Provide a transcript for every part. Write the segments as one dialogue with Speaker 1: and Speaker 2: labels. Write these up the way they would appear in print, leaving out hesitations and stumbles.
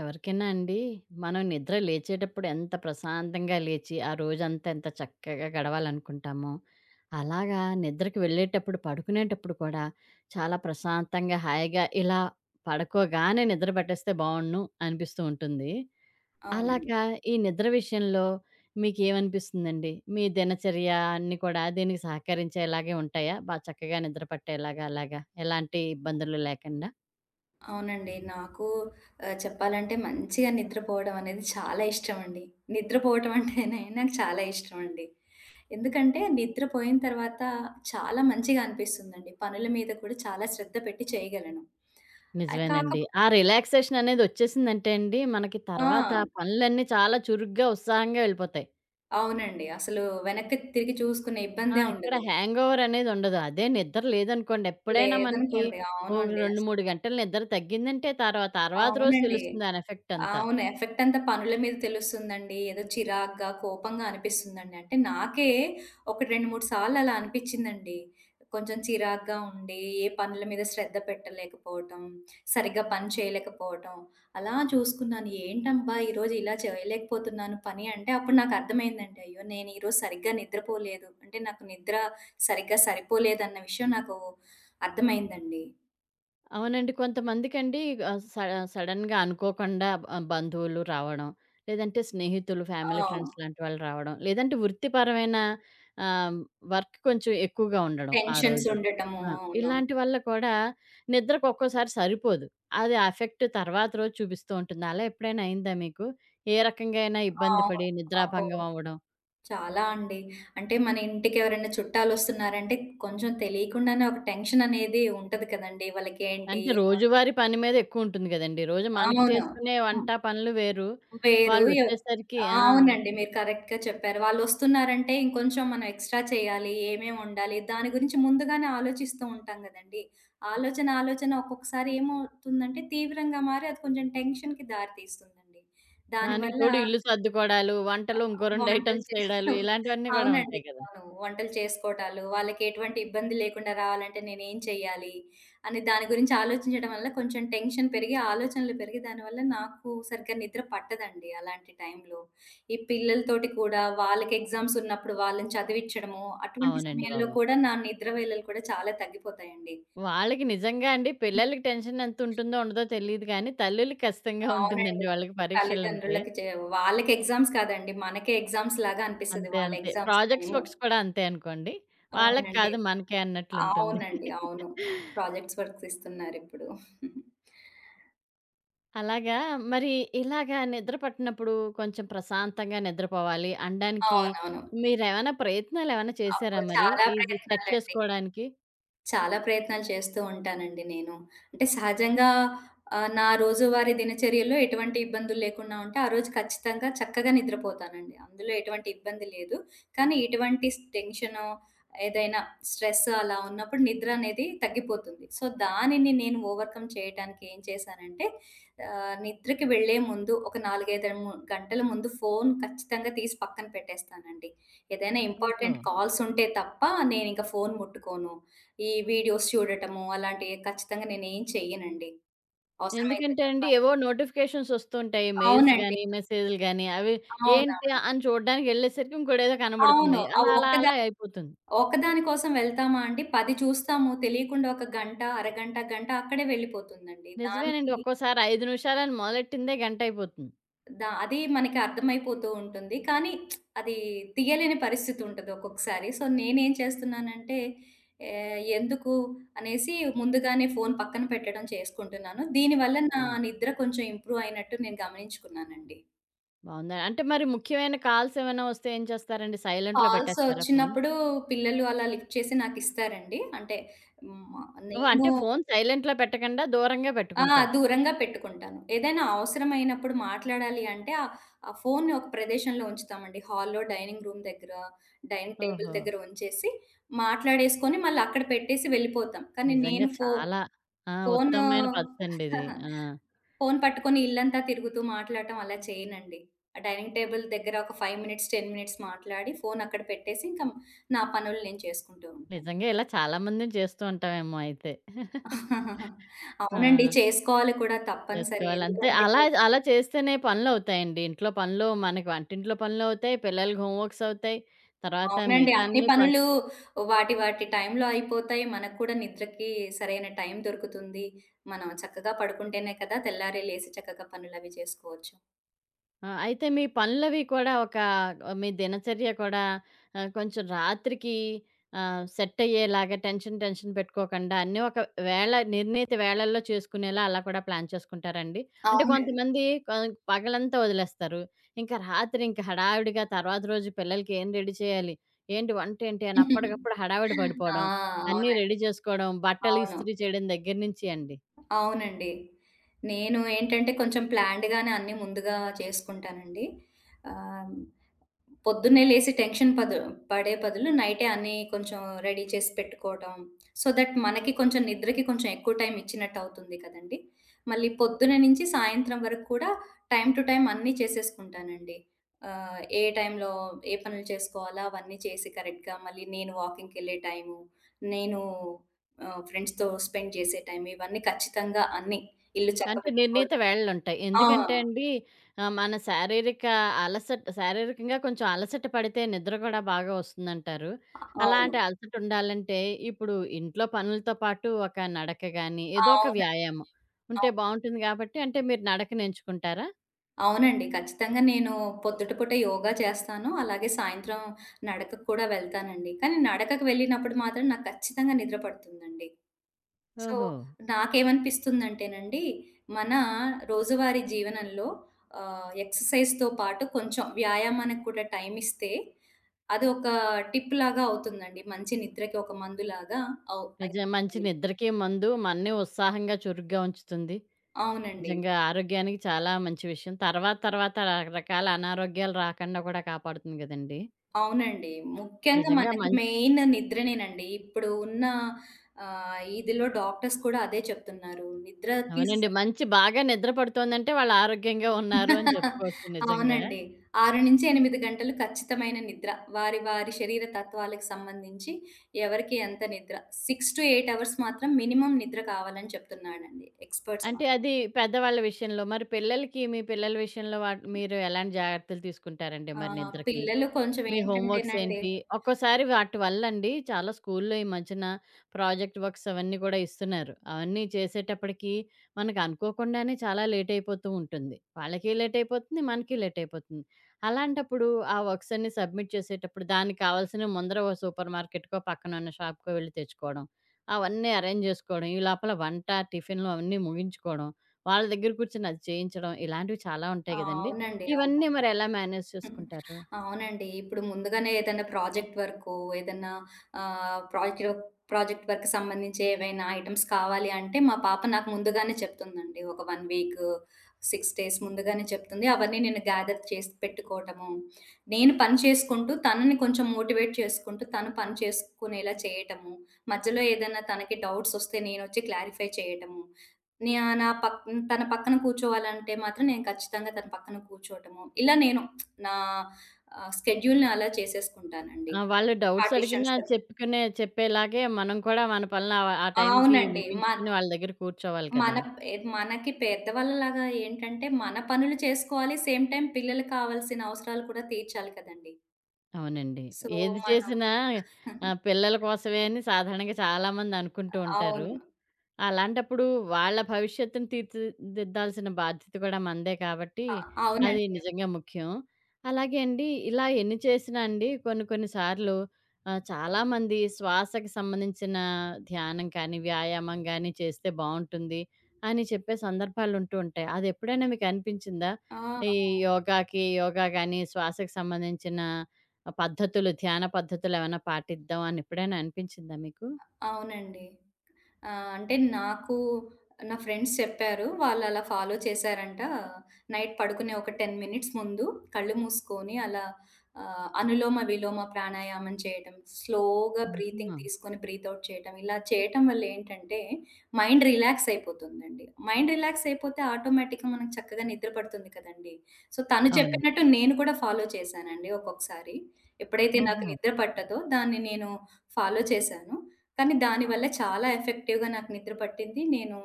Speaker 1: ఎవరికైనా అండి, మనం నిద్ర లేచేటప్పుడు ఎంత ప్రశాంతంగా లేచి, ఆ రోజంతా ఎంత చక్కగా గడవాలనుకుంటామో, అలాగా నిద్రకు వెళ్ళేటప్పుడు, పడుకునేటప్పుడు కూడా చాలా ప్రశాంతంగా, హాయిగా ఇలా పడుకోగానే నిద్ర పట్టేస్తే బావుండును అనిపిస్తూ ఉంటుంది.
Speaker 2: అవునండి.
Speaker 1: అలాగా ఈ నిద్ర విషయంలో మీకేమనిపిస్తుందండి? మీ దినచర్య అన్నీ కూడా దీనికి సహకరించేలాగే ఉంటాయా? బా చక్కగా నిద్ర పట్టేలాగా అలాగా? ఎలాంటి ఇబ్బందులు లేకుండా?
Speaker 2: అవునండి. నాకు చెప్పాలంటే మంచిగా నిద్రపోవడం అనేది చాలా ఇష్టమండి. నిద్రపోవటం అంటేనే నాకు చాలా ఇష్టమండి. ఎందుకంటే నిద్రపోయిన తర్వాత చాలా మంచిగా అనిపిస్తుందండి. పనుల మీద కూడా చాలా శ్రద్ధ పెట్టి చేయగలను. ఆహ్, కాక
Speaker 1: నిజమేనండి. ఆ రిలాక్సేషన్ అనేదొచ్చేసిందంటే అండి, మనకి తర్వాత
Speaker 2: ఆ!
Speaker 1: ఆ పనులన్నీ చాలా చురుగ్గా, ఉత్సాహంగా వెళ్ళిపోతాయి.
Speaker 2: అవునండి. అసలు వెనక్కి తిరిగి చూసుకునే
Speaker 1: ఆ!
Speaker 2: ఇబ్బందే
Speaker 1: ఎక్కడ
Speaker 2: ఉండదు.
Speaker 1: హ్యాంగోవర్ అనేదుండదు. అదే నిద్ర లేదనుకోండి, ఎప్పుడైనా మనకి
Speaker 2: లేదనుకోండి.
Speaker 1: ఓ
Speaker 2: అవునండి
Speaker 1: 2,
Speaker 2: అసలు.
Speaker 1: 3 గంటలు నిద్ర తగ్గిందంటే, తర్వాత రోజు
Speaker 2: అవునండి.
Speaker 1: తెలుస్తుంది దాని ఎఫెక్ట్ అంతా.
Speaker 2: అవును. ఎఫెక్ట్ అంతా పనుల మీద తెలుస్తుందండి. ఏదో చిరాగ్గా, కోపంగా అనిపిస్తుందండి. అంటే నాకే ఒక 2, 3 సార్లు అలా అనిపిచ్చిందండి. కొంచెం చిరాగ్గా ఉండి, ఏ పనుల మీద శ్రద్ధ పెట్టలేకపోవటం, సరిగ్గా పని చేయలేకపోవటం, అలా చూసుకున్నాను. ఏంటబ్బా! ఈరోజు ఇలా చేయలేకపోతున్నాను పని అంటే అప్పుడు నాకర్థమైందండి. అయ్యో! నేను ఈరోజు సరిగ్గా నిద్రపోలేదు. అంటే నాకు నిద్ర సరిగ్గా సరిపోలేదన్న విషయం నాకు అర్థమైందండి.
Speaker 1: అవునండి. కొంతమందికండి ఆహ్, స సడెన్‌గా అనుకోకుండా బంధువులు రావడం, లేదంటే స్నేహితులు,
Speaker 2: ఆ!
Speaker 1: ఫ్యామిలీ ఫ్రెండ్స్ లాంటి వాళ్ళు రావడం, లేదంటే వృత్తిపరమైన ఆహ్, వర్క్ కొంచెం ఎక్కువగా ఉండడం ఆ
Speaker 2: టెన్షన్స్
Speaker 1: రోజు.
Speaker 2: ఉండటము.
Speaker 1: ఆ!
Speaker 2: అవును.
Speaker 1: ఇలాంటి వల్ల కూడా నిద్రకు ఒక్కోసారి సరిపోదు. అది ఎఫెక్ట్ తర్వాత రోజు చూపిస్తూ ఉంటుంది. అలా ఎప్పుడైనా అయిందా మీకు? ఏ రకంగా అయినా ఇబ్బంది
Speaker 2: అవును.
Speaker 1: పడి
Speaker 2: అబ్బో!
Speaker 1: నిద్రాభంగం అవ్వడం?
Speaker 2: చాలా అండి. అంటే మన ఇంటికెవరైనా చుట్టాలొస్తున్నారంటే కొంచెం తెలియకుండానే ఒక టెన్షన్ అనేది ఉంటది కదండీ. వాళ్ళకేంటి?
Speaker 1: అంటే
Speaker 2: ఏం వం
Speaker 1: రోజువారీ పని మీద ఎక్కువ ఉంటుంది గదండీ. రోజు మనకి
Speaker 2: అవును.
Speaker 1: చేసుకునే
Speaker 2: హ్మ్.
Speaker 1: వంట పనులు వేరు.
Speaker 2: వేరు ఎవ్
Speaker 1: వాళ్ళొచ్చేసరికి ఆ!
Speaker 2: అవునండి. మీరు కరెక్ట్‌గా చెప్పారు. వాళ్ళొస్తున్నారంటే ఇంకొంచెం మనం ఎక్స్‌ట్రా చేయాలి, ఏమేం వండాలి, దాని గురించి ముందుగానే ఆలోచిస్తూ ఉంటాం గదండీ. ఆలోచన ఒక్కొక్కసారి ఏమవుతుందంటే తీవ్రంగా మారి అది కొంచెం టెన్షన్‌కి దారి తీస్తుందండి.
Speaker 1: దానికి
Speaker 2: దానివల్ల
Speaker 1: తోడు ఇల్లు సర్దుకోవడాలు,
Speaker 2: ఆ!
Speaker 1: వంటలో ఇంకో 2
Speaker 2: వంటలు
Speaker 1: ఐటెమ్స్
Speaker 2: చే
Speaker 1: చేయడాలు ఇలాంటివన్నీ గూడా
Speaker 2: అవునండి.
Speaker 1: ఉంటాయి గదా!
Speaker 2: అవును. వంటలు చేసుకోవటాలు, వాళ్ళకేటువంటి ఇబ్బంది లేకుండా రావాలంటే నేనేం చెయ్యాలి? అని దాని గురించి ఆలోచించడం వల్ల కొంచెం టెన్షన్ పెరిగి, ఆలోచనలు పెరిగి దానివల్ల నాకు సరిగ్గా నిద్ర పట్టదండి అలాంటి టైంలో. ఈ పిల్లలతోటి కూడా వాళ్ళకి ఎగ్జామ్స్ ఉన్నప్పుడు వాళ్ళని చదివిచ్చడము, అటువంటి
Speaker 1: అవునండి
Speaker 2: సమయంలో
Speaker 1: బాబు.
Speaker 2: కూడా నా నిద్ర వేళలు కూడా చాలా తగ్గిపోతాయండి.
Speaker 1: వాళ్ళకి నిజంగా అండి పిల్లలకి టెన్షన్ ఎంతుంటుందో ఉండదో తెలీదు కానీ, తల్లులకి ఖచ్చితంగా
Speaker 2: అవునండి.
Speaker 1: ఉంటుందండి వాళ్ళకి పరీక్షలంటే.
Speaker 2: తల్లిదండ్రులకి చే వాళ్ళకి ఎగ్జామ్స్ కాదండి. మనకే ఎగ్జామ్స్ లాగా అనిపిస్తది
Speaker 1: అంతే
Speaker 2: వాళ్ళ
Speaker 1: అంతే.
Speaker 2: Exams
Speaker 1: projects
Speaker 2: time.
Speaker 1: వర్క్స్ కూడా అంతే అనుకోండి. వాళ్ళకి
Speaker 2: అవునండి.
Speaker 1: కాదు మనకే అన్నట్లుంటుంది.
Speaker 2: అవునండి. అవును. ప్రాజెక్ట్స్ వర్క్స్ ఇస్తున్నారిప్పుడు.
Speaker 1: అలాగా మరి ఇలాగా నిద్ర పట్టనప్పుడు కొంచెం ప్రశాంతంగా నిద్రపోవాలి అనడానికి
Speaker 2: అవునవును.
Speaker 1: మీరేమైనా ప్రయత్నాలేమైనా చేశారా
Speaker 2: అప్పుడు
Speaker 1: మరి?
Speaker 2: చాలా
Speaker 1: ఈజీ సెట్
Speaker 2: ప్రయత్నాలండి.
Speaker 1: చేసుకోవడానికి?
Speaker 2: చాలా ప్రయత్నాలు చేస్తూ ఉంటానండి నేను. అంటే సహజంగా నా రోజువారీ దినచర్యలో ఎటువంటి ఇబ్బందులు లేకుండా ఉంటే, ఆ రోజు ఖచ్చితంగా చక్కగా నిద్రపోతానండి. అందులో ఎటువంటి ఇబ్బంది లేదు. కానీ ఇటువంటి టెన్షనో, ఏదైనా స్ట్రెస్ అలా ఉన్నప్పుడు నిద్ర అనేది తగ్గిపోతుంది. సో, దానిని నేను ఓవర్‌కమ్ చేయటానికి ఏం చేశానంటే, నిద్రకి వెళ్ళే ముందు ఒక 4, 5 గంటల ముందు ఫోను ఖచ్చితంగా తీసి పక్కన పెట్టేస్తానండి. ఏదైనా
Speaker 1: ఓహో!
Speaker 2: ఇంపార్టెంట్ కాల్స్ ఉంటే తప్ప నేనింక ఫోను ముట్టుకోను. ఈ వీడియోస్ చూడటము అలాంటియి ఖచ్చితంగా నేనేం చెయ్యనండి. అవసరమైతే
Speaker 1: ఎందుకంటే
Speaker 2: తప్ప.
Speaker 1: అండి, ఏవో నోటిఫికేషన్స్ వస్తుంటాయి. మెయిల్స్
Speaker 2: అవునండి.
Speaker 1: గాని, మెసేజ్‌లు గాని అవి ఏంటి
Speaker 2: అవునవును.
Speaker 1: అని చూడడానికి వెళ్ళేసరికి ఇంకోటేదో
Speaker 2: అవును.
Speaker 1: కనబడుతుంది.
Speaker 2: ఆ
Speaker 1: అలా, అలా,
Speaker 2: ఒక్కదా
Speaker 1: అలా అయిపోతుంది.
Speaker 2: ఒక్కదాని కోసం వెళ్తామా అండి 10 చూస్తాము. తెలియకుండా ఒక గంట, అరగంట, గంట అక్కడే వెళ్ళిపోతుందండి.
Speaker 1: నిజమేనండి.
Speaker 2: దానికి
Speaker 1: ఒక్కోసారి 5 నిమిషాలని మొదలెట్టిందే గంట అయిపోతుంది.
Speaker 2: దా అది మనకి అర్థమైపోతూ ఉంటుంది. కానీ అది తీయలేని పరిస్థితి ఉంటది ఒక్కొక్కసారి. సో, నేనేం చేస్తున్నానంటే ఆహ్, ఎందుకు అనేసి ముందుగానే ఫోను పక్కన పెట్టడం చేసుకుంటున్నాను. దీనివల్ల నా
Speaker 1: అవును.
Speaker 2: నిద్ర కొంచెం ఇంప్రూవ్ అయినట్టు నేను గమనించుకున్నానండి.
Speaker 1: బావుందా? అంటే మరి ముఖ్యమైన కాల్స్ ఏమైనా వస్తే ఏం చేస్తారండి? సైలెంట్‌లో
Speaker 2: కాల్స్
Speaker 1: పెట్టేస్తారా ఫోన్?
Speaker 2: వచ్చినప్పుడు పిల్లలు అలా లిఫ్ట్ చేసి నాకిస్తారండి. అంటే హ్మ్,
Speaker 1: ఓహో!
Speaker 2: నేను
Speaker 1: అంటే ఫోన్ సైలెంట్‌లో పెట్టకుండా దూరంగా
Speaker 2: ఆ!
Speaker 1: పెట్టుకుంటారు.
Speaker 2: దూరంగా పెట్టుకుంటాను. ఏదైనా అవసరమైనప్పుడు మాట్లాడాలి అంటే ఆ ఫోన్‌ని ఒక ప్రదేశంలో ఉంచుతామండి. హాల్‌లో, డైనింగ్ రూమ్ దగ్గర, డైనింగ్ టేబుల్
Speaker 1: ఓహో!
Speaker 2: దగ్గర ఉంచేసి, మాట్లాడేసుకొని మళ్ళీ అక్కడ పెట్టేసి వెళ్ళిపోతాం. కానీ
Speaker 1: నిజంగా
Speaker 2: నేను ఫో
Speaker 1: చాలా ఆ!
Speaker 2: ఫోను
Speaker 1: ఉత్తమమైన పద్ధతండి ఇది. ఆ!
Speaker 2: ఫోను పట్టుకొని ఇల్లంతా తిరుగుతూ మాట్లాడటం అలా చేయనండి. ఆ డైనింగ్ టేబుల్ దగ్గర ఒక 5 మినిట్స్, 10 మినిట్స్ మాట్లాడి ఫోను అక్కడ పెట్టేసి ఇంకా నా పనులు నేను చేసుకుంటూ ఉంటాను.
Speaker 1: నిజంగా ఇలా చాలా మందిని చేస్తూ ఉంటామేమో అయితే.
Speaker 2: అవునండి.
Speaker 1: ఆ!
Speaker 2: చేసుకోవాలి కూడా తప్పనిసరి.
Speaker 1: చేసుకోవాలి. అంతే
Speaker 2: ఎందుకంటే
Speaker 1: అలా, అలా చేస్తేనే పనులవుతాయండి. ఇంట్లో పనులు మనకి వంటింట్లో పనులవుతాయి, పిల్లలకి హోమ్ వర్క్స్ అవుతాయి. తర్వాత
Speaker 2: అవునండి.
Speaker 1: మిగతా
Speaker 2: అన్ని
Speaker 1: అన్ని పన్
Speaker 2: పనులు వాటి వాటి టైంలో అయిపోతాయి. మనకు కూడా నిద్రకి సరైన టైం దొరుకుతుంది. మనం చక్కగా పడుకుంటేనే కదా తెల్లారి లేసి చక్కగా పనులవి చేసుకోవచ్చు.
Speaker 1: ఆ! అయితే మీ పనులవి కూడా ఒక మీ దినచర్య కూడా కొంచెం రాత్రికి సెట్ అయ్యేలాగా టెన్షన్, టెన్షన్ పెట్టుకోకుండా అన్నీ ఒక వేళ నిర్ణీత వేళల్లో చేసుకునేలా అలా కూడా ప్లాన్ చేసుకుంటారండి? అంటే
Speaker 2: అవునండి.
Speaker 1: కొంతమంది కొ పగలంతా వదిలేస్తారు. ఇంకా రాత్రి ఇంక హడావిడిగా తర్వాత రోజు పిల్లలకి ఏం రెడీ చేయాలి? ఏంటి వంటేంటి? అని అప్పటికప్పుడు హడావిడి
Speaker 2: ఆ!
Speaker 1: పడిపోవడం, అన్నీ
Speaker 2: అవునండి.
Speaker 1: రెడీ చేసుకోవడం, బట్టలు
Speaker 2: అవును.
Speaker 1: ఇస్త్రీ చేయడం దగ్గర నుంచి అండి.
Speaker 2: అవునండి. నేను ఏంటంటే కొంచెం ప్లాన్డ్‌గానే అన్నీ ముందుగా చేసుకుంటానండి. ఆహ్ పొద్దున్నే లేసి టెన్షన్ పదు పడే బదులు నైటే అన్నీ కొంచెం రెడీ చేసి పెట్టుకోవడం. సో దట్ మనకి కొంచెం నిద్రకి కొంచెం ఎక్కువ టైం ఇచ్చినట్టు అవుతుంది కదండీ! మళ్ళీ పొద్దున నుంచి సాయంత్రం వరకు కూడా టైమ్ టు టైమ్ అన్నీ చేసేసుకుంటానండి. ఏ టైంలో ఏ పనులు చేసుకోవాలా అవన్నీ చేసి కరెక్ట్‌గా మళ్ళీ నేను వాకింగ్‌కెళ్ళే టైము, నేను ఫ్రెండ్స్‌తో స్పెండ్ చేసే టైం ఇవన్నీ ఖచ్చితంగా అన్నీ. ఇల్లు
Speaker 1: అంటే నిర్ణీత
Speaker 2: చక్కబెట్టుకోవడం.
Speaker 1: వేళలుంటాయి.
Speaker 2: ఆ!
Speaker 1: ఎందుకంటే అండి మన శారీరక అలసట శారీరకంగా కొంచెం అలసట పడితే నిద్ర కూడా బాగా వస్తుందంటారు.
Speaker 2: అవును.
Speaker 1: అలాంటి అలసట ఉండాలంటే ఇప్పుడు ఇంట్లో పనులతో పాటు ఒక నడక గాని, ఏదో ఒక
Speaker 2: అవునండి.
Speaker 1: వ్యాయామం ఉంటే
Speaker 2: అవును.
Speaker 1: బావుంటుంది గాబట్టి అంటే మీరు నడకని ఎంచుకుంటారా?
Speaker 2: అవునండి. ఖచ్చితంగా నేను పొద్దుట పూట యోగా చేస్తాను. అలాగే సాయంత్రం నడకకు కూడా వెళ్తానండి. కానీ నడకకు వెళ్ళినప్పుడు మాత్రం నాకు ఖచ్చితంగా నిద్ర పడుతుందండి. సో,
Speaker 1: ఓహో!
Speaker 2: నాకేమనిపిస్తుందంటేనండి, మన రోజువారీ జీవనంలో ఎక్సర్‌సైజ్‌తో పాటు కొంచెం వ్యాయామానికి కూడా టైమిస్తే అది ఒక టిప్ లాగా అవుతుందండి. మంచి నిద్రకి ఒక మందులాగా
Speaker 1: నిజం మంచి
Speaker 2: అయిపోతది.
Speaker 1: నిద్రకి మందు మనని ఉత్సాహంగా, చురుగ్గా ఉంచుతుంది.
Speaker 2: అవునండి.
Speaker 1: నిజంగా ఆరోగ్యానికి చాలా మంచి విషయం. తర్వాత తర్వాత రకరకాల అనారోగ్యాలు రాకుండా కూడా కాపాడుతుంది గదండీ!
Speaker 2: అవునండి. ముఖ్యంగా
Speaker 1: నిజంగా
Speaker 2: మనకి
Speaker 1: మం
Speaker 2: మెయిన్ నిద్రనేనండి. ఇదిలో డాక్టర్స్ కూడా అదే చెప్తున్నారు. నిద్రకి స
Speaker 1: అవునండి. మంచి బాగా నిద్ర పడుతోందంటే వాళ్ళు ఆరోగ్యంగా ఉన్నారు అని చెప్పుకోవచ్చు నిజంగా.
Speaker 2: అవునండి. 6-8 గంటలు ఖచ్చితమైన నిద్ర. వారి వారి శరీర తత్వాలకు సంబంధించి ఎవరికి ఎంత నిద్ర. 6-8 అవర్స్ మాత్రం మినిమమ్ నిద్ర కావాలని చెప్తున్నాడండి ఎక్స్‌పర్ట్స్
Speaker 1: అంటే
Speaker 2: మాత్రం.
Speaker 1: అది పెద్దవాళ్ళ విషయంలో. మరి పిల్లలకి, మీ పిల్లల విషయంలో వాట్ మీరు ఎలాంటి జాగ్రత్తలు తీసుకుంటారండి
Speaker 2: ఆ!
Speaker 1: మరి నిద్రకి?
Speaker 2: పిల్లలు కొంచెం
Speaker 1: మీ హోమ్ వర్క్స్
Speaker 2: ఏంటంటేనండి
Speaker 1: ఏంటి? ఒక్కోసారి వాటి వల్లండి చాలా స్కూల్‌లో ఈ మధ్యన ప్రాజెక్ట్ వర్క్స్ అవన్నీ కూడా ఇస్తున్నారు. అవన్నీ చేసేటప్పటికి మనకు అనుకోకుండానే చాలా లేట్ అయిపోతూ ఉంటుంది. వాళ్ళకి లేట్ అయిపోతుంది. మనకి లేట్ అయిపోతుంది. అలాంటప్పుడు ఆ వర్క్స్ అన్నీ సబ్మిట్ చేసేటప్పుడు దానికి కావాల్సిన ముందర ఓ సూపర్ మార్కెట్‌కో, పక్కన ఉన్న షాప్‌కో వెళ్లి తెచ్చుకోవడం. అవన్నీ అరేంజ్ జేసుకోవడం. ఈ లోపల వంట, టిఫిన్‌లు అవన్నీ ముగించుకోవడం. వాళ్ళ దగ్గర కూర్చొని అది చేయించడం. ఇలాంటివి చాలా
Speaker 2: ఆ,
Speaker 1: ఉంటాయి గదండీ!
Speaker 2: అవునండి.
Speaker 1: ఇవన్నీ మరి ఎలా మేనేజ్ చేసుకుంటారు?
Speaker 2: అవునండి. ఇప్పుడు ముందుగానే ఏదైనా ప్రాజెక్ట్ వర్కో, ఏదన్నా ఆహ్, ప్రాజెక్ట్ వర్క్ ప్రాజెక్ట్ వర్క్‌కి సంబంధించి ఏవైనా ఐటెమ్స్ కావాలి అంటే, మా పాప నాకు ముందుగానే చెప్తుందండి. ఒక 1 వీక్, 6 డేస్ ముందుగానే చెప్తుంది. అవన్నీ నేను గ్యాదర్ చేసి పెట్టుకోవటము, నేను పని చేసుకుంటూ తనని కొంచెం మోటివేట్ చేసుకుంటూ, తను పని చేసుకునేలా చేయటము, మధ్యలో ఏదైనా తనకి డౌట్స్ వస్తే నేనొచ్చి క్లారిఫై చేయటము, నే నా పక్ తన పక్కన కూర్చోవాలంటే మాత్రం నేను ఖచ్చితంగా తన పక్కన కూర్చోవటము, ఇలా నా స్కెడ్యూల్‌ని అలా చేసేసుకుంటానండి.
Speaker 1: ఆ! వాళ్ళు డౌట్స్ అడిగినా
Speaker 2: పార్టిషన్స్
Speaker 1: చెప్పుకునే చెప్పేలాగే మనం కూడా మన పనులు ఆ టైంకి
Speaker 2: అవునండి. మన్
Speaker 1: ముగించుకొని వాళ్ళ దగ్గర కూర్చోవాలి కదా!
Speaker 2: మన పె మనకి పెద్దవాళ్ళలాగా ఏంటంటే, మన పనులు చేసుకోవాలి. సేమ్ టైమ్ పిల్లలకి కావాల్సిన అవసరాలు కూడా తీర్చాలి కదండీ!
Speaker 1: అవునండి.
Speaker 2: సో,
Speaker 1: ఏది
Speaker 2: మనం
Speaker 1: చేసినా పిల్లల కోసమే అని సాధారణంగా చాలామంది అనుకుంటూ ఉంటారు.
Speaker 2: అవును.
Speaker 1: అలాంటప్పుడు వాళ్ళ భవిష్యత్తుని తీర్చిదిద్దాల్సిన బాధ్యత కూడా మనదే కాబట్టి,
Speaker 2: అ
Speaker 1: అది
Speaker 2: అవునండి.
Speaker 1: నిజంగా ముఖ్యం. అలాగే అండి, ఇలా ఎన్ని చేసినా అండి కొన్ని కొన్ని సార్లు చాలామంది శ్వాసకి సంబంధించిన ధ్యానం కానీ, వ్యాయామం గానీ చేస్తే బావుంటుంది అని చెప్పే సందర్భాలుంటూ ఉంటాయి. అదెప్పుడైనా మీకనిపించిందా?
Speaker 2: ఆ!
Speaker 1: ఈ యోగాకి, యోగా గానీ, శ్వాసకి సంబంధించిన పద్ధతులు, ధ్యాన పద్ధతులేవన్నా పాటిద్దాం అని ఎప్పుడైనా అనిపించిందా మీకు?
Speaker 2: అవునండి. ఆ! అంటే నాకు నా ఫ్రెండ్స్ చెప్పారు. వాళ్ళలా ఫాలో చేశారంట. నైట్ పడుకునే ఒక 10 మినిట్స్ ముందు కళ్ళు మూసుకొని అలా అనులోమ, విలోమ ప్రాణాయామం చేయటం, స్లోగా బ్రీతింగ్
Speaker 1: ఆహా!
Speaker 2: తీసుకొని బ్రీత్ ఔట్ చేయటం, ఇలా చేయటం వల్ల ఏంటంటే మైండ్ రిలాక్స్ అయిపోతుందండి. మైండ్ రిలాక్స్ అయిపోతే ఆటోమేటిక్‌గా మనకు చక్కగా నిద్ర పడుతుంది కదండీ! సో, తను
Speaker 1: అవునండి.
Speaker 2: చెప్పినట్టు నేను కూడా ఫాలో చేశానండి ఒక్కొక్కసారి. ఎప్పుడైతే నాకు
Speaker 1: ఓహో!
Speaker 2: నిద్ర పట్టదో దాన్ని నేను ఫాలో చేశాను. కానీ దానివల్ల చాలా ఎఫెక్టివ్‌గా నాకు నిద్ర పట్టింది. నేను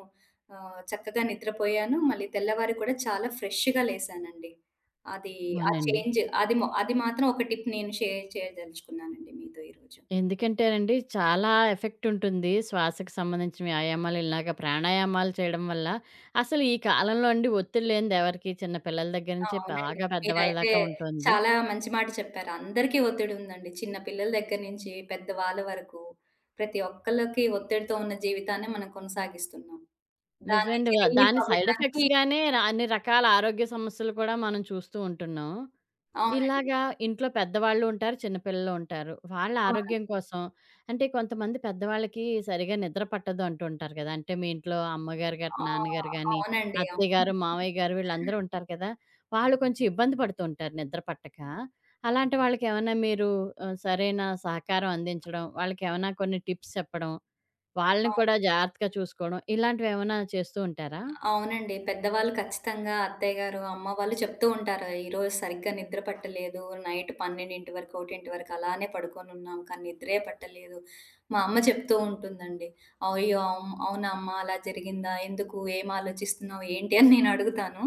Speaker 2: చక్కగా నిద్రపోయాను. మళ్ళీ తెల్లవారి కూడా చాలా ఫ్రెష్‌గా లేసానండి. అది ఆ
Speaker 1: అవునండి.
Speaker 2: చేంజ్ అది మొ అది మాత్రం ఒక టిప్ నేను షేర్ చేయదలుచుకున్నానండి మీతో ఈరోజు.
Speaker 1: ఎందుకంటేనండి చాలా ఎఫెక్ట్ ఉంటుంది. శ్వాసకు సంబంధించిన వ్యాయామాలు ఇలాగ ప్రాణాయామాలు చేయడం వల్ల అసలు ఈ కాలంలో అండి ఒత్తిడి లేనిది ఎవరికీ చిన్న పిల్లల దగ్గర
Speaker 2: ఆ!
Speaker 1: నుంచి
Speaker 2: అవునండి.
Speaker 1: బాగా పెద్దవాళ్ళ
Speaker 2: మీరైతే
Speaker 1: దాకా ఉంటుంది.
Speaker 2: చాలా మంచి మాట చెప్పారు. అందరికీ ఒత్తిడి ఉందండి. చిన్న పిల్లల దగ్గర నుంచి పెద్దవాళ్ళ వరకు ప్రతి ఒక్కళ్ళకి ఒత్తిడితో ఉన్న జీవితాన్ని మనం కొనసాగిస్తున్నాం. దాని
Speaker 1: నిజమండి.
Speaker 2: నుంచి రిలీఫ్
Speaker 1: దాని సైడ్
Speaker 2: అవ్వటానికి
Speaker 1: ఎఫెక్ట్స్‌గానే ర అన్ని రకాల ఆరోగ్య సమస్యలు కూడా మనం చూస్తూ ఉంటున్నాం.
Speaker 2: అవునండి.
Speaker 1: ఇలాగా ఇంట్లో పెద్దవాళ్ళు ఉంటారు, చిన్న పిల్లలు ఉంటారు. వాళ్ళ
Speaker 2: అవును.
Speaker 1: ఆరోగ్యం కోసం అంటే కొంతమంది పెద్దవాళ్ళకి సరిగ్గా నిద్ర పట్టదు అంటుంటారు కదా! అంటే మీ ఇంట్లో అమ్మగారు గట్
Speaker 2: ఆ!
Speaker 1: నాన్నగారు గాని,
Speaker 2: అవునండి.
Speaker 1: అత్తయ్య
Speaker 2: అవును.
Speaker 1: గారు, మావయ్య గారు వీళ్ళందరూ ఉంటారు కదా! వాళ్ళు కొంచెం ఇబ్బంది పడుతూ ఉంటారు నిద్ర పట్టక. అలాంటి వాళ్ళకేమన్నా మీరు సరైన సహకారం అందించడం, వాళ్ళకేమన్నా కొన్ని టిప్స్ చెప్పడం, వాళ్ళని
Speaker 2: అవు
Speaker 1: కూడా జాగ్రత్తగా చూసుకోవడం ఇలాంటివేమన్నా చేస్తూ ఉంటారా?
Speaker 2: అవునండి. పెద్దవాళ్ళు ఖచ్చితంగా అత్తయ్య గారు, అమ్మ వాళ్ళు చెప్తూ ఉంటారు. "ఈరోజు సరిగ్గా నిద్ర పట్టలేదు. నైట్ 12:00 వరకు, 1:00 వరకు అలానే పడుకొనున్నాం. కానీ నిద్రే పట్టలేదు." మా అమ్మ చెప్తూ ఉంటుందండి. "అయ్యో! అవును. అవునా అమ్మ అలా జరిగిందా? ఎందుకు? ఏం ఆలోచిస్తున్నావు? ఏంటి?" అని నేను అడుగుతాను.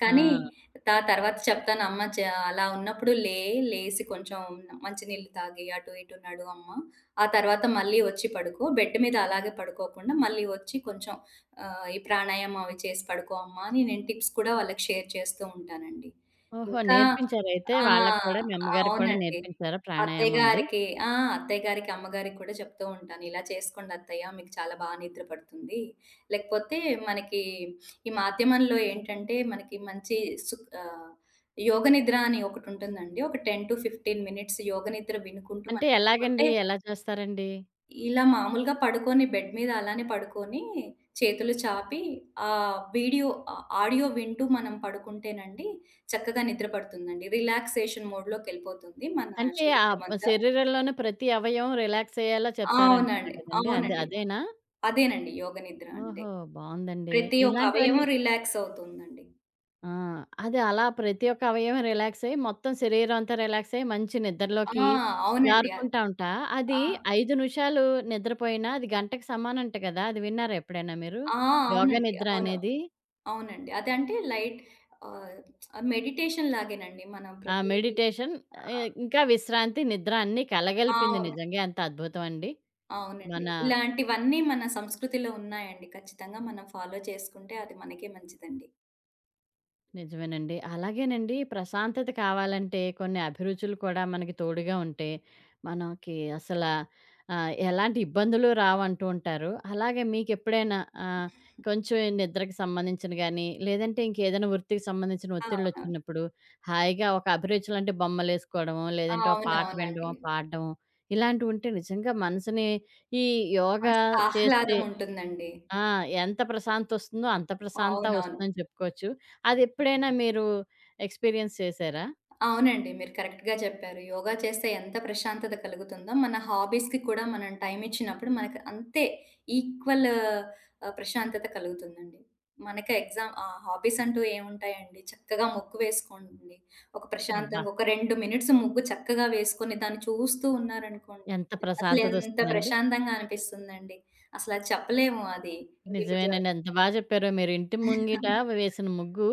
Speaker 2: కానీ
Speaker 1: ఆ!
Speaker 2: త తర్వాత చెప్తాను అమ్మ చ అలా ఉన్నప్పుడు లేసి కొంచెం మంచి నీళ్ళు తాగి అటు ఇటు నడు అమ్మ. ఆ తర్వాత మళ్ళీ వచ్చి పడుకో. బెడ్ మీద అలాగే పడుకోకుండా మళ్ళీ వచ్చి కొంచెం ఈ ప్రాణాయామం అవి చేసి పడుకో అమ్మా అని నేను టిప్స్ కూడా వాళ్ళకి షేర్ చేస్తూ ఉంటానండి.
Speaker 1: ఓహో!
Speaker 2: ఇంకా
Speaker 1: నేర్పించారైతే
Speaker 2: ఆ!
Speaker 1: వాళ్ళకి కూడా మీ అమ్మగారికి కూడా
Speaker 2: అవునండి.
Speaker 1: నేర్పించారా
Speaker 2: అత్తయ్య
Speaker 1: ప్రాణాయామం అది?
Speaker 2: గారికి ఆ! అత్తయ్య గారికి, అమ్మగారికి కూడా చెప్తూ ఉంటాను. ఇలా చేసుకోండి అత్తయ్య మీకు చాలా బా నిద్ర పడుతుంది. లేకపోతే మనకి ఈ మాధ్యమంలో ఏంటంటే మనకి మంచి సు ఆహ్, యోగ నిద్ర అని ఒకటుంటుందండి. ఒక 10-15 మినిట్స్ యోగ నిద్ర వినుకుంటూ
Speaker 1: అంటే
Speaker 2: మనం
Speaker 1: ఎలాగండి?
Speaker 2: పడుకుంటే
Speaker 1: ఎలా చేస్తారండి?
Speaker 2: ఇలా మామూలుగా పడుకొని బెడ్ మీద అలానే పడుకొని, చేతులు చాపి ఆహ్, వీడియో ఆడియో వింటూ మనం పడుకుంటేనండి చక్కగా నిద్ర పడుతుందండి. రిలాక్సేషన్ మోడ్‌లోకెళ్ళిపోతుంది మన
Speaker 1: అంటే
Speaker 2: శరీరమంతా.
Speaker 1: శరీరంలోని ప్రతి అవయవం రిలాక్స్ అయ్యేలా చెప్తారనుకుంటా కదండీ! అది
Speaker 2: అవునండి.
Speaker 1: అదేనా?
Speaker 2: అదేనండి యోగ నిద్ర అంటే.
Speaker 1: ఓహో! బావుందండి.
Speaker 2: ప్రతి ఒక్క అవయవం
Speaker 1: ఇలాంటివన్నీ
Speaker 2: రిలాక్స్ అవుతుందండి.
Speaker 1: ఆ! అది అలా ప్రతి ఒక్క అవయవం రిలాక్స్ అయ్యి, మొత్తం శరీరం అంతా రిలాక్స్ అయ్యి, మంచి
Speaker 2: ఆ!
Speaker 1: నిద్రలోకి
Speaker 2: అవునండి. అల్
Speaker 1: జారుకుంటా ఉంటా. అది
Speaker 2: ఆ!
Speaker 1: 5 నిమిషాలు నిద్రపోయినా అది గంటకి సమానంట కదా! అది విన్నారా ఎప్పుడైనా మీరు?
Speaker 2: ఆ!
Speaker 1: యోగ
Speaker 2: అవునండి.
Speaker 1: నిద్ర
Speaker 2: అవును.
Speaker 1: అనేది?
Speaker 2: అవునండి. అదంటే లైట్ ఆహ్, మెడిటేషన్ లాగేనండి మనం
Speaker 1: ఆ!
Speaker 2: ప్రతి
Speaker 1: మెడిటేషన్
Speaker 2: ఆహ్,
Speaker 1: ఇంకా విశ్రాంతి, నిద్ర అన్నీ కలగలిపింది
Speaker 2: అవును.
Speaker 1: నిజంగా ఎంత అద్భుతం అండి.
Speaker 2: అవునండి.
Speaker 1: మన
Speaker 2: ఇలాంటివన్నీ మన సంస్కృతిలో ఉన్నాయండి. ఖచ్చితంగా మనం ఫాలో చేసుకుంటే అది మనకే మంచిదండి.
Speaker 1: నిజమేనండి. అలాగేనండి ప్రశాంతత కావాలంటే కొన్ని అభిరుచులు కూడా మనకి తోడుగా ఉంటే, మనకి అసల ఎలాంటి ఇబ్బందులు రావంటూ ఉంటారు. అలాగే మీకెప్పుడైనా ఆహ్, కొంచెం నిద్రకు సంబంధించిన గాని, లేదంటే ఇంకేదైనా వృత్తికి సంబంధించిన
Speaker 2: అవునవును.
Speaker 1: ఒత్తిళ్ళొచ్చినప్పుడు, హాయిగా ఒక అభిరుచులంటే బొమ్మలేసుకోవడమో, లేదంటే ఒక పాట
Speaker 2: అవునవునండి.
Speaker 1: వినడమో, పాడడమో ఇలాంటివుంటే నిజంగా మనసుని ఈ యోగా
Speaker 2: మనసుకి
Speaker 1: చేస్తే
Speaker 2: ఆహ్లాదం ఉంటుందండి.
Speaker 1: ఆ! ఎంత ప్రశాంతొస్తుందో అంత ప్రశాంత
Speaker 2: అవునవును.
Speaker 1: వస్తుందని చెప్పుకోవచ్చు. అదెప్పుడైనా మీరు ఎక్స్‌పీరియన్స్ చేసారా?
Speaker 2: అవునండి. మీరు కరెక్ట్‌గా చెప్పారు. యోగా చేస్తే ఎంత ప్రశాంతత కలుగుతుందో, మన హాబీస్‌కి కూడా మనం టైమ్ ఇచ్చినప్పుడు మనకు అంతే ఈక్వల్ ప్రశాంతత కలుగుతుందండి. హాబీస్ అంటూ ఏముంటాయండి? చక్కగా ముగ్గు వేసుకోండి.
Speaker 1: అబ్బా!
Speaker 2: ఒక 2 మినిట్స్ ముగ్గు చక్కగా వేసుకొని దాన్ని చూస్తూ ఉన్నారనుకోండి.
Speaker 1: ఎంత
Speaker 2: అసలు ఎంత
Speaker 1: ప్రశాంతతొస్తుందండి.
Speaker 2: ప్రశాంతంగా అనిపిస్తుందండి. అసలు అది చెప్పలేము అది. ఇంకిప్పుడు
Speaker 1: నిజమేనండి. ఎంత బా చెప్పారో మీరు. ఇంటి ముంగిట వేసిన ముగ్గు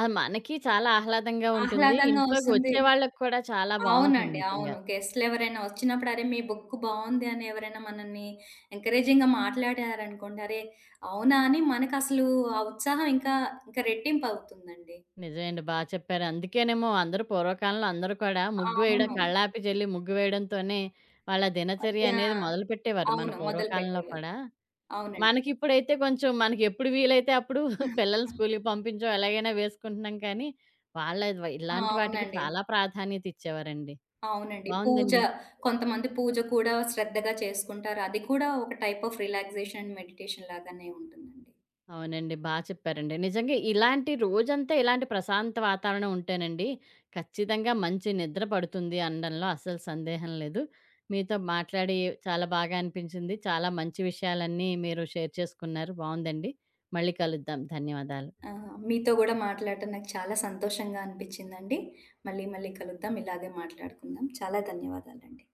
Speaker 1: మనకి చాలా ఆహ్లాదంగా ఉంటుంది.
Speaker 2: ఆహ్లాదంగా
Speaker 1: ఇంట్లోకి
Speaker 2: వస్తుంది.
Speaker 1: వచ్చే వాళ్ళకి కూడా చాలా బావుంటుంది
Speaker 2: అవునండి.
Speaker 1: నిజంగా.
Speaker 2: అవును. గెస్ట్‌లెవరైనా వచ్చినప్పుడు, "అరే! మీ బుక్ బావుంది" అని ఎవరైనా మనల్ని ఎంకరేజింగ్‌గా మాట్లాడారనుకోండి, అరే! అవునా! అని మనకసలు ఆ ఉత్సాహం ఇంకా రెట్టింపవుతుందండి.
Speaker 1: నిజమేండి. బా చెప్పారు. అందుకేనేమో అందరూ పూర్వకాలంలో అందరూ కూడా ముగ్గు వేయడం
Speaker 2: అవును.
Speaker 1: కళ్ళాపి జల్లి ముగ్గు వేయడంతోనే వాళ్ళ దినచర్య
Speaker 2: అంటే ఆ!
Speaker 1: అనేది మొదలుపెట్టేవారు మన
Speaker 2: అవును.
Speaker 1: పూర్వకాలంలో
Speaker 2: మొదలుపెట్టేవారు.
Speaker 1: కూడా.
Speaker 2: అవునండి.
Speaker 1: మనకిప్పుడైతే కొంచెం మనకెప్పుడు వీలైతే అప్పుడు పిల్లల్ని స్కూలుకి పంపించో ఎలాగైనా వేసుకుంటున్నాం కానీ, వాళ్ళ వ
Speaker 2: ఆ!
Speaker 1: ఇలాంటి వాటికి చాలా ప్రాధాన్యత ఇచ్చేవారండి.
Speaker 2: అవునండి. పూజ
Speaker 1: బావుందండి.
Speaker 2: కొంతమంది పూజ కూడా శ్రద్ధగా చేసుకుంటారు. అది కూడా ఒక టైప్ ఆఫ్ రిలాక్సేషన్, మెడిటేషన్ లాగానే ఉంటుందండి.
Speaker 1: అవునండి. బా చెప్పారండి. నిజంగా ఇలాంటి రోజంతా ఇలాంటి ప్రశాంత వాతావరణం ఉంటేనండి, ఖచ్చితంగా మంచి నిద్ర పడుతుంది అనడంలో అస్సలు సందేహం లేదు. మీతో మాట్లాడి చాలా బాగా అనిపించింది. చాలా మంచి విషయాలన్నీ మీరు షేర్ చేసుకున్నారు. బావుందండి. మళ్ళీ కలుద్దాం. ధన్యవాదాలు.
Speaker 2: ఆహా! మీతో గూడా మాట్లాడటం నాకు చాలా సంతోషంగా అనిపిచ్చిందండి. మళ్ళీ మళ్ళీ కలుద్దాం. ఇలాగే మాట్లాడుకుందాం. చాలా ధన్యవాదాలండి.